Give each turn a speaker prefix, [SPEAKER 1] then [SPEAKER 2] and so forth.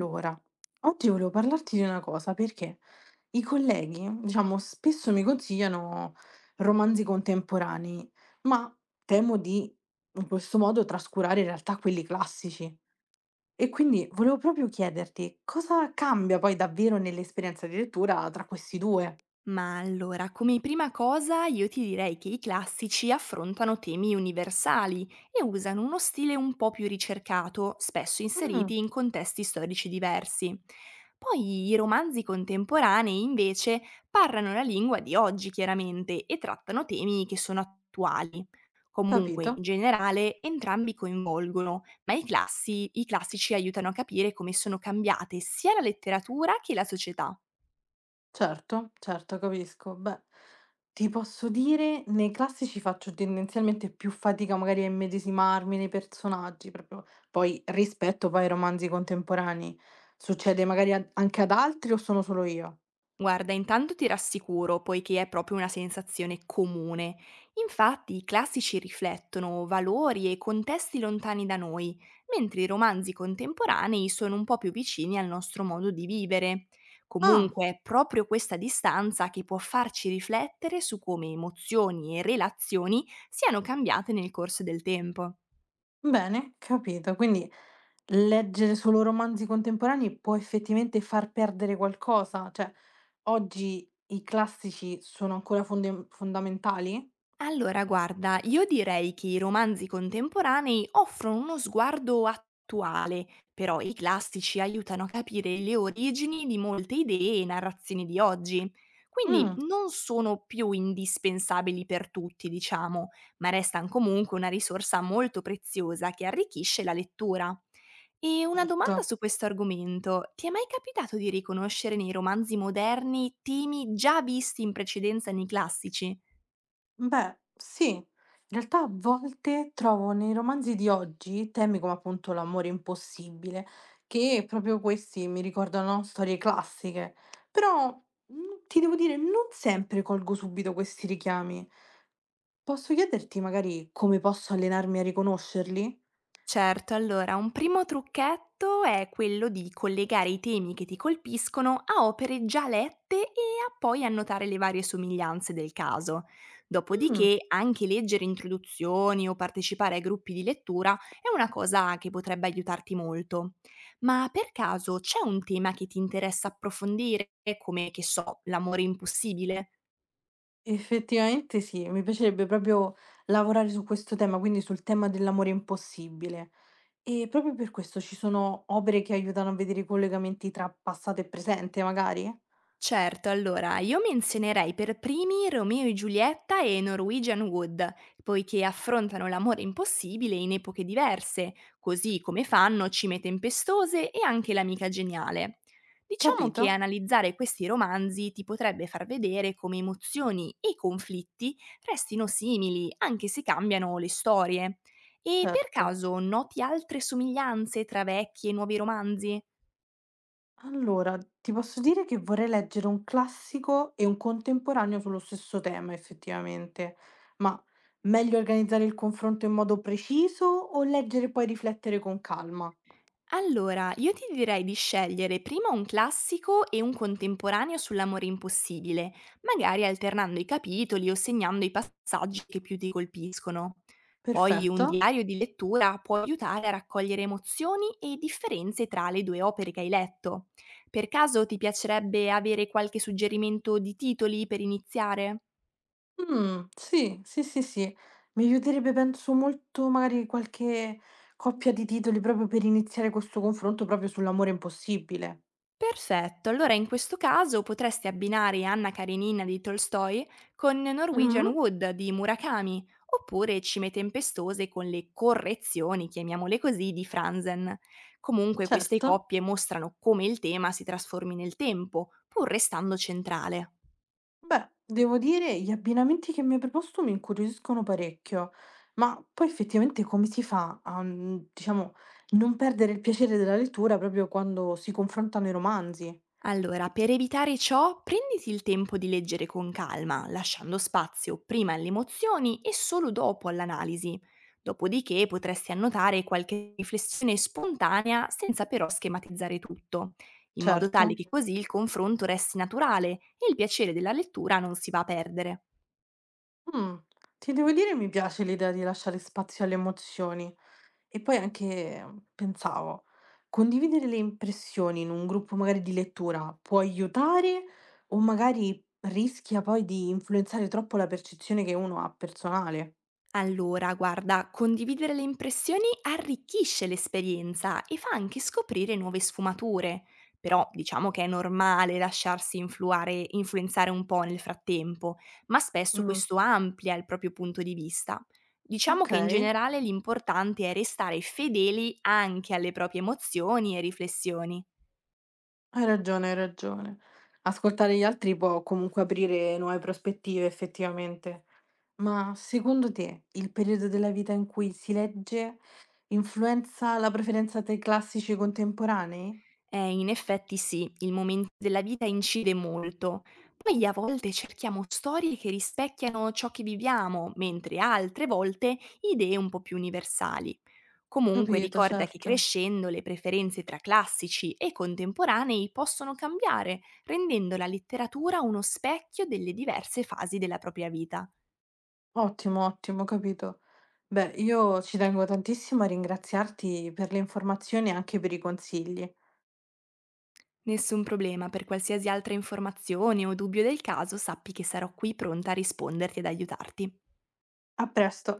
[SPEAKER 1] Allora, oggi volevo parlarti di una cosa perché i colleghi, diciamo, spesso mi consigliano romanzi contemporanei, ma temo di in questo modo trascurare in realtà quelli classici. E quindi volevo proprio chiederti cosa cambia poi davvero nell'esperienza di lettura tra questi due?
[SPEAKER 2] Ma allora, come prima cosa io ti direi che i classici affrontano temi universali e usano uno stile un po' più ricercato, spesso
[SPEAKER 1] Mm,
[SPEAKER 2] inseriti in contesti storici diversi. Poi i romanzi contemporanei invece parlano la lingua di oggi chiaramente e trattano temi che sono attuali. Comunque, in
[SPEAKER 1] capito?
[SPEAKER 2] generale, entrambi coinvolgono, ma i classici aiutano a capire come sono cambiate sia la letteratura che la società.
[SPEAKER 1] Certo, certo, capisco. Beh, ti posso dire, nei classici faccio tendenzialmente più fatica magari a immedesimarmi nei personaggi, proprio poi rispetto poi ai romanzi contemporanei. Succede magari anche ad altri o sono solo io?
[SPEAKER 2] Guarda, intanto ti rassicuro, poiché è proprio una sensazione comune. Infatti, i classici riflettono valori e contesti lontani da noi, mentre i romanzi contemporanei sono un po' più vicini al nostro modo di vivere.
[SPEAKER 1] Ah,
[SPEAKER 2] Comunque, è proprio questa distanza che può farci riflettere su come emozioni e relazioni siano cambiate nel corso del tempo.
[SPEAKER 1] bene, capito. Quindi leggere solo romanzi contemporanei può effettivamente far perdere qualcosa? Cioè, oggi i classici sono ancora fondamentali?
[SPEAKER 2] Allora, guarda, io direi che i romanzi contemporanei offrono uno sguardo attuale, però i classici aiutano a capire le origini di molte idee e narrazioni di oggi. Quindi
[SPEAKER 1] Mm,
[SPEAKER 2] non sono più indispensabili per tutti, diciamo, ma restano comunque una risorsa molto preziosa che arricchisce la lettura. E una domanda
[SPEAKER 1] certo.
[SPEAKER 2] su questo argomento, ti è mai capitato di riconoscere nei romanzi moderni temi già visti in precedenza nei classici?
[SPEAKER 1] Beh, sì. In realtà a volte trovo nei romanzi di oggi temi come appunto l'amore impossibile, che proprio questi mi ricordano storie classiche, però ti devo dire, non sempre colgo subito questi richiami. Posso chiederti magari come posso allenarmi a riconoscerli?
[SPEAKER 2] Certo, allora un primo trucchetto è quello di collegare i temi che ti colpiscono a opere già lette e a poi annotare le varie somiglianze del caso.
[SPEAKER 1] Mm,
[SPEAKER 2] Dopodiché anche leggere introduzioni o partecipare ai gruppi di lettura è una cosa che potrebbe aiutarti molto. Ma per caso c'è un tema che ti interessa approfondire, come che so, l'amore impossibile?
[SPEAKER 1] effettivamente sì, mi piacerebbe proprio lavorare su questo tema, quindi sul tema dell'amore impossibile. E proprio per questo ci sono opere che aiutano a vedere i collegamenti tra passato e presente, magari?
[SPEAKER 2] Certo, allora io menzionerei per primi Romeo e Giulietta e Norwegian Wood, poiché affrontano l'amore impossibile in epoche diverse, così come fanno Cime Tempestose e anche L'amica geniale. Diciamo che
[SPEAKER 1] Capito?
[SPEAKER 2] analizzare questi romanzi ti potrebbe far vedere come emozioni e conflitti restino simili, anche se cambiano le storie. E per
[SPEAKER 1] Certo.
[SPEAKER 2] caso noti altre somiglianze tra vecchi e nuovi romanzi?
[SPEAKER 1] Allora, ti posso dire che vorrei leggere un classico e un contemporaneo sullo stesso tema, effettivamente. Ma meglio organizzare il confronto in modo preciso o leggere e poi riflettere con calma?
[SPEAKER 2] Allora, io ti direi di scegliere prima un classico e un contemporaneo sull'amore impossibile, magari alternando i capitoli o segnando i passaggi che più ti colpiscono. Poi un
[SPEAKER 1] Perfetto.
[SPEAKER 2] diario di lettura può aiutare a raccogliere emozioni e differenze tra le due opere che hai letto. Per caso ti piacerebbe avere qualche suggerimento di titoli per iniziare?
[SPEAKER 1] Sì, sì, sì, sì. Mi aiuterebbe penso molto magari qualche coppia di titoli proprio per iniziare questo confronto proprio sull'amore impossibile.
[SPEAKER 2] Perfetto, allora in questo caso potresti abbinare Anna Karenina di Tolstoi con
[SPEAKER 1] Mh-mh.
[SPEAKER 2] Norwegian Wood di Murakami, oppure Cime tempestose con le correzioni, chiamiamole così, di Franzen. Comunque queste
[SPEAKER 1] Certo.
[SPEAKER 2] coppie mostrano come il tema si trasformi nel tempo, pur restando centrale.
[SPEAKER 1] Beh, devo dire gli abbinamenti che mi hai proposto mi incuriosiscono parecchio, ma poi effettivamente come si fa a, diciamo, non perdere il piacere della lettura proprio quando si confrontano i romanzi?
[SPEAKER 2] Allora, per evitare ciò, prenditi il tempo di leggere con calma, lasciando spazio prima alle emozioni e solo dopo all'analisi. Dopodiché potresti annotare qualche riflessione spontanea senza però schematizzare tutto, in modo tale
[SPEAKER 1] Certo.
[SPEAKER 2] che così il confronto resti naturale e il piacere della lettura non si va a perdere.
[SPEAKER 1] Mh. Ti devo dire mi piace l'idea di lasciare spazio alle emozioni. E poi anche, pensavo, condividere le impressioni in un gruppo magari di lettura può aiutare o magari rischia poi di influenzare troppo la percezione che uno ha personale?
[SPEAKER 2] Allora, guarda, condividere le impressioni arricchisce l'esperienza e fa anche scoprire nuove sfumature, però diciamo che è normale lasciarsi influenzare un po' nel frattempo, ma spesso
[SPEAKER 1] Mh,
[SPEAKER 2] questo amplia il proprio punto di vista. Diciamo che in
[SPEAKER 1] okay,
[SPEAKER 2] generale l'importante è restare fedeli anche alle proprie emozioni e riflessioni.
[SPEAKER 1] hai ragione, hai ragione. Ascoltare gli altri può comunque aprire nuove prospettive effettivamente. Ma secondo te il periodo della vita in cui si legge influenza la preferenza tra i classici e i contemporanei?
[SPEAKER 2] In effetti sì, il momento della vita incide molto. Poi a volte cerchiamo storie che rispecchiano ciò che viviamo, mentre altre volte idee un po' più universali. Comunque
[SPEAKER 1] Capito,
[SPEAKER 2] ricorda che
[SPEAKER 1] certo.
[SPEAKER 2] crescendo le preferenze tra classici e contemporanei possono cambiare, rendendo la letteratura uno specchio delle diverse fasi della propria vita.
[SPEAKER 1] Ottimo, ottimo, capito. Beh, io ci tengo tantissimo a ringraziarti per le informazioni e anche per i consigli.
[SPEAKER 2] Nessun problema, per qualsiasi altra informazione o dubbio del caso sappi che sarò qui pronta a risponderti ed aiutarti.
[SPEAKER 1] A presto.